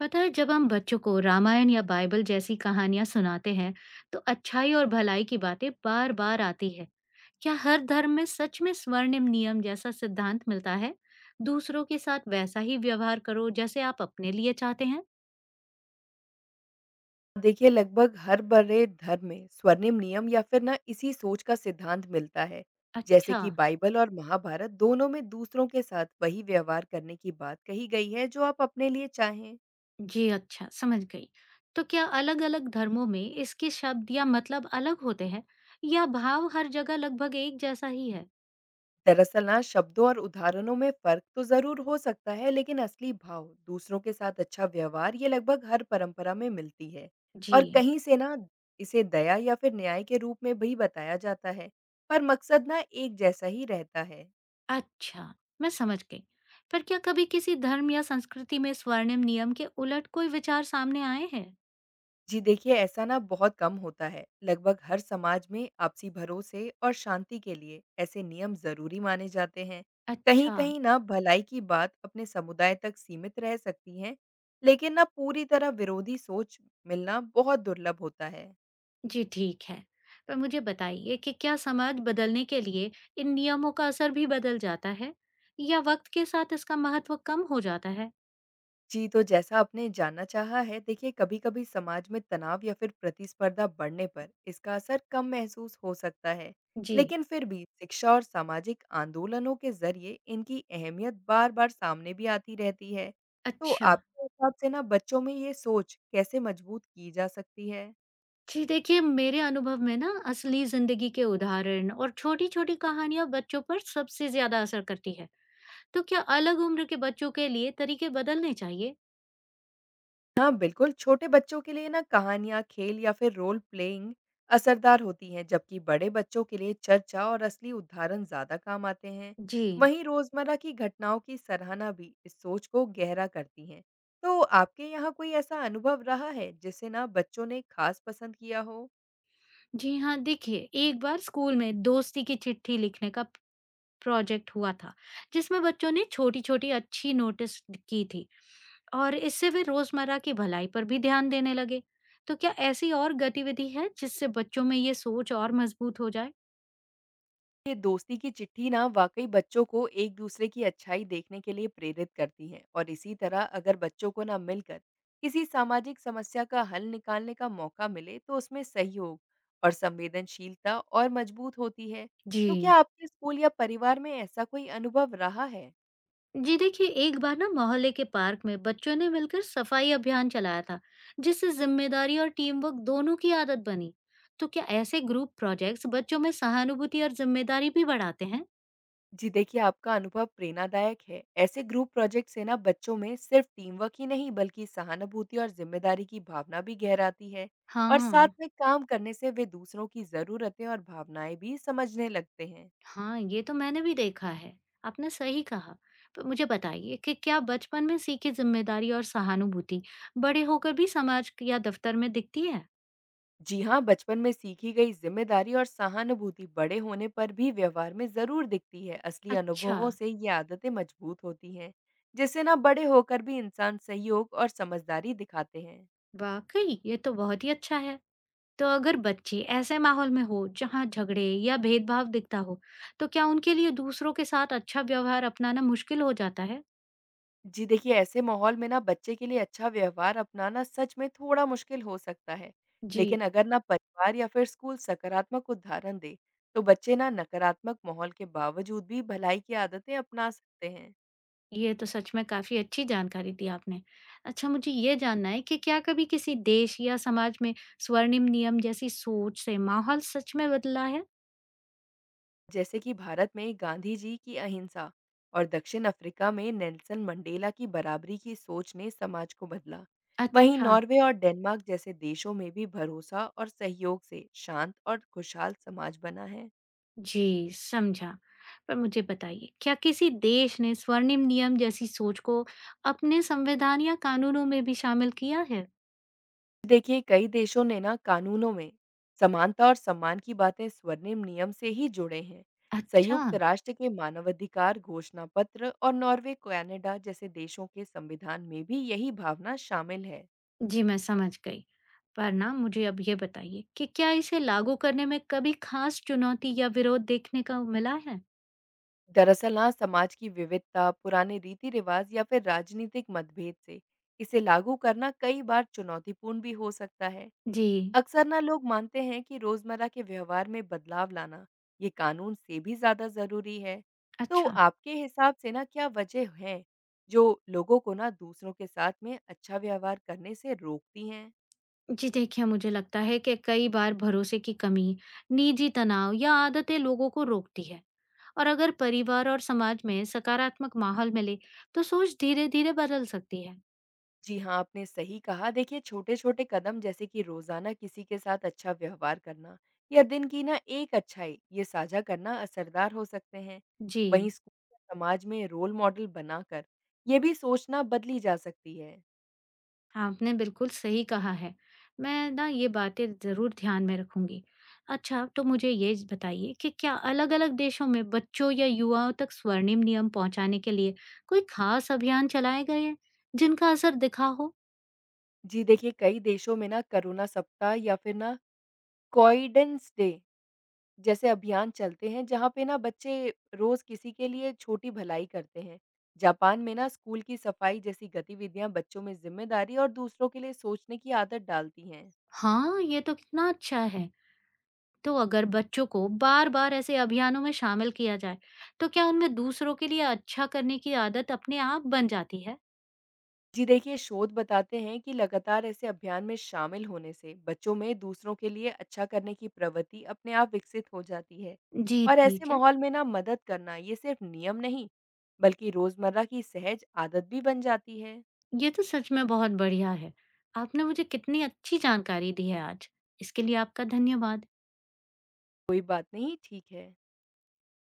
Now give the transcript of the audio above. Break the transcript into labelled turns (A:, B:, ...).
A: पता है जब हम बच्चों को रामायण या बाइबल जैसी कहानियां सुनाते हैं तो अच्छाई और भलाई की बातें बार बार आती है। क्या हर धर्म में सच में स्वर्णिम नियम जैसा सिद्धांत मिलता है? दूसरों के साथ वैसा ही व्यवहार करो जैसे आप अपने लिए चाहते हैं।
B: देखिए लगभग हर बड़े धर्म में स्वर्णिम नियम या फिर ना इसी सोच का सिद्धांत मिलता है। जैसे
A: अच्छा।
B: कि बाइबल और महाभारत दोनों में दूसरों के साथ वही व्यवहार करने की बात कही गई है जो आप अपने लिए चाहें।
A: जी अच्छा, समझ गई। तो क्या अलग अलग धर्मों में इसके शब्द या मतलब अलग होते हैं, या भाव हर जगह लगभग एक जैसा ही है?
B: दरअसल ना शब्दों और उदाहरणों में फर्क तो जरूर हो सकता है, लेकिन असली भाव दूसरों के साथ अच्छा व्यवहार ये लगभग हर परंपरा में मिलती है। और
A: जी।
B: कहीं से ना इसे दया या फिर न्याय के रूप में भी बताया जाता है। पर मकसद ना एक जैसा ही रहता है।
A: अच्छा, मैं समझ गई। पर क्या कभी किसी धर्म या संस्कृति में स्वर्णिम नियम के उलट कोई विचार सामने आए हैं?
B: जी देखिए, ऐसा ना बहुत कम होता है। लगभग हर समाज में आपसी भरोसे और शांति के लिए ऐसे नियम ज़रूरी माने जाते हैं।
A: अच्छा।
B: कहीं-कहीं ना भलाई की बात अपने समुदाय तक सीमित रह सकती है, लेकिन ना पूरी तरह विरोधी सोच मिलना बहुत दुर्लभ होता है।
A: जी ठीक है। पर मुझे बताइए कि क्या समाज बदलने के लिए इन नियमों का असर भी बदल जाता है? या वक्त के साथ इसका महत्व कम हो जाता है?
B: जी, तो जैसा आपने जानना चाहा है, देखिए कभी-कभी समाज में तनाव या फिर प्रतिस्पर्धा बढ़ने पर इसका असर कम महसूस हो सकता है।
A: जी।
B: लेकिन फिर भी शिक्षा और सामाजिक आंदोलनों के ज़रिए इनकी अहमियत बार-बार सामने भी आती रहती है। तो
A: अच्छा।
B: आपके हिसाब से ना बच्चों में ये सोच कैसे मजबूत की जा सकती है?
A: जी देखिए, मेरे अनुभव में ना असली जिंदगी के उदाहरण और छोटी-छोटी कहानियां बच्चों पर सबसे ज्यादा असर करती है। तो क्या अलग उम्र के बच्चों के लिए तरीके बदलने चाहिए?
B: हाँ, बिल्कुल, छोटे बच्चों के लिए ना कहानियाँ, खेल या फिर रोल प्लेइंग असरदार होती हैं, जबकि बड़े बच्चों के लिए चर्चा और असली उदाहरण ज़्यादा काम आते हैं।
A: जी।
B: वहीं रोज़मर्रा की घटनाओं की सराहना भी इस सोच को गहरा करती हैं। तो आपके यहाँ कोई ऐसा अनुभव रहा है, जिसे ना बच्चों ने खास पसंद किया हो?
A: जी हाँ, देखिए, एक बार स्कूल में दोस्ती की चिट्ठी लिखने का प्रोजेक्ट हुआ था, जिसमें बच्चों ने छोटी-छोटी अच्छी नोटिस की थी और इससे वे रोजमर्रा की भलाई पर भी ध्यान देने लगे। तो क्या ऐसी और गतिविधि है जिससे बच्चों में ये सोच और मजबूत हो जाए?
B: ये दोस्ती की चिट्ठी ना वाकई बच्चों को एक दूसरे की अच्छाई देखने के लिए प्रेरित करती है, और इसी तरह अगर बच्चों को ना मिलकर किसी सामाजिक समस्या का हल निकालने का मौका मिले तो उसमें सहयोग और संवेदनशीलता और मजबूत होती है।
A: जी।
B: तो क्या आपके स्कूल या परिवार में ऐसा कोई अनुभव रहा है?
A: जी देखिए, एक बार ना मोहल्ले के पार्क में बच्चों ने मिलकर सफाई अभियान चलाया था, जिससे जिम्मेदारी और टीम वर्क दोनों की आदत बनी। तो क्या ऐसे ग्रुप प्रोजेक्ट्स बच्चों में सहानुभूति और जिम्मेदारी भी बढ़ाते हैं?
B: जी देखिए, आपका अनुभव प्रेरणादायक है। ऐसे ग्रुप प्रोजेक्ट से ना बच्चों में सिर्फ टीमवर्क ही नहीं बल्कि सहानुभूति और जिम्मेदारी की भावना भी गहराती है, और साथ
A: हाँ।
B: में काम करने से वे दूसरों की ज़रूरतें और भावनाएं भी समझने लगते हैं।
A: हाँ, ये तो मैंने भी देखा है। आपने सही कहा। तो मुझे बताइए कि क्या बचपन में सीखी ज़िम्मेदारी और सहानुभूति बड़े होकर भी समाज या दफ्तर में दिखती है?
B: जी हाँ, बचपन में सीखी गई जिम्मेदारी और सहानुभूति बड़े होने पर भी व्यवहार में ज़रूर दिखती है। असली
A: अच्छा।
B: अनुभवों से ये आदतें मजबूत होती हैं, जिससे ना बड़े होकर भी इंसान सहयोग और समझदारी दिखाते हैं।
A: वाक़ई ये तो बहुत ही अच्छा है। तो अगर बच्चे ऐसे माहौल में हो जहाँ झगड़े या भेदभाव दिखता हो, तो क्या उनके लिए दूसरों के साथ अच्छा व्यवहार अपनाना मुश्किल हो जाता है?
B: जी देखिए, ऐसे माहौल में ना बच्चे के लिए अच्छा व्यवहार अपनाना सच में थोड़ा मुश्किल हो सकता है।
A: जी।
B: लेकिन अगर ना परिवार या फिर स्कूल सकारात्मक उदाहरण दे, तो बच्चे ना नकारात्मक माहौल के बावजूद भी भलाई की आदतें अपना सकते हैं।
A: ये तो सच में काफ़ी अच्छी जानकारी दी आपने। अच्छा, मुझे ये जानना है कि क्या कभी किसी देश या समाज में स्वर्णिम नियम जैसी सोच से माहौल सच में बदला है?
B: जैसे कि भारत में गांधी जी की अहिंसा और दक्षिण अफ्रीका में नेल्सन मंडेला की बराबरी की सोच ने समाज को बदला। वहीं
A: अच्छा।
B: नॉर्वे और डेनमार्क जैसे देशों में भी भरोसा और सहयोग से शांत और खुशहाल समाज बना है।
A: जी समझा। पर मुझे बताइए, क्या किसी देश ने स्वर्णिम नियम जैसी सोच को अपने संविधान या कानूनों में भी शामिल किया है?
B: देखिए कई देशों ने ना कानूनों में समानता और सम्मान की बातें स्वर्णिम नियम से ही जुड़े हैं।
A: अच्छा।
B: संयुक्त राष्ट्र के मानवाधिकार घोषणा पत्र और नॉर्वे कनाडा जैसे देशों के संविधान में भी यही भावना शामिल है।
A: जी मैं समझ गई। पर ना मुझे अब ये बताइए कि क्या इसे लागू करने में कभी खास चुनौती या विरोध देखने को मिला है?
B: दरअसल ना समाज की विविधता, पुराने रीति रिवाज या फिर राजनीतिक मतभेद से इसे लागू करना कई बार चुनौतीपूर्ण भी हो सकता है।
A: जी।
B: अक्सर ना लोग मानते हैं कि रोजमर्रा के व्यवहार में बदलाव लाना ये कानून से भी ज्यादा जरूरी है। तो
A: अच्छा।
B: आपके हिसाब से ना क्या वजह है जो लोगों को ना दूसरों के साथ में अच्छा व्यवहार करने से रोकती हैं?
A: जी देखिए, मुझे लगता है कि कई बार भरोसे की कमी, निजी तनाव या आदतें लोगों को रोकती है। और अगर परिवार और समाज में सकारात्मक माहौल मिले, तो सोच धीरे-धीरे बदल सकती है।
B: जी हाँ, आपने सही कहा। देखिए छोटे छोटे कदम जैसे कि रोजाना किसी के साथ अच्छा व्यवहार करना या दिन की ना एक अच्छाई ये साझा करना असरदार हो सकते हैं। वहीं
A: जी।
B: स्कूल या समाज में रोल मॉडल बनाकर ये भी सोचना बदली जा सकती है।
A: आपने बिल्कुल सही कहा है। मैं ना ये बातें ज़रूर ध्यान में रखूंगी। अच्छा, तो मुझे ये बताइए कि क्या अलग-अलग देशों में बच्चों या युवाओं तक स्वर्णिम नियम पहुंचाने के लिए कोई खास अभियान चलाए गए हैं, जिनका असर दिखा हो?
B: जी देखिए, कई देशों में ना करुणा सप्ताह या फिर ना कोइडेंस डे जैसे अभियान चलते हैं, जहाँ पे ना बच्चे रोज़ किसी के लिए छोटी भलाई करते हैं। जापान में ना स्कूल की सफाई जैसी गतिविधियां बच्चों में जिम्मेदारी और दूसरों के लिए सोचने की आदत डालती हैं।
A: हाँ, ये तो कितना अच्छा है। तो अगर बच्चों को बार बार ऐसे अभियानों में शामिल किया जाए तो क्या उनमें दूसरों के लिए अच्छा करने की आदत अपने आप बन जाती है?
B: जी देखिए, शोध बताते हैं कि लगातार ऐसे अभियान में शामिल होने से बच्चों में दूसरों के लिए अच्छा करने की प्रवृत्ति अपने आप विकसित हो जाती है।
A: जी
B: और ऐसे
A: ठीक है।
B: माहौल में ना मदद करना ये सिर्फ नियम नहीं बल्कि रोजमर्रा की सहज आदत भी बन जाती है।
A: ये तो सच में बहुत बढ़िया है। आपने मुझे कितनी अच्छी जानकारी दी है आज। इसके लिए आपका धन्यवाद।
B: कोई बात नहीं, ठीक है।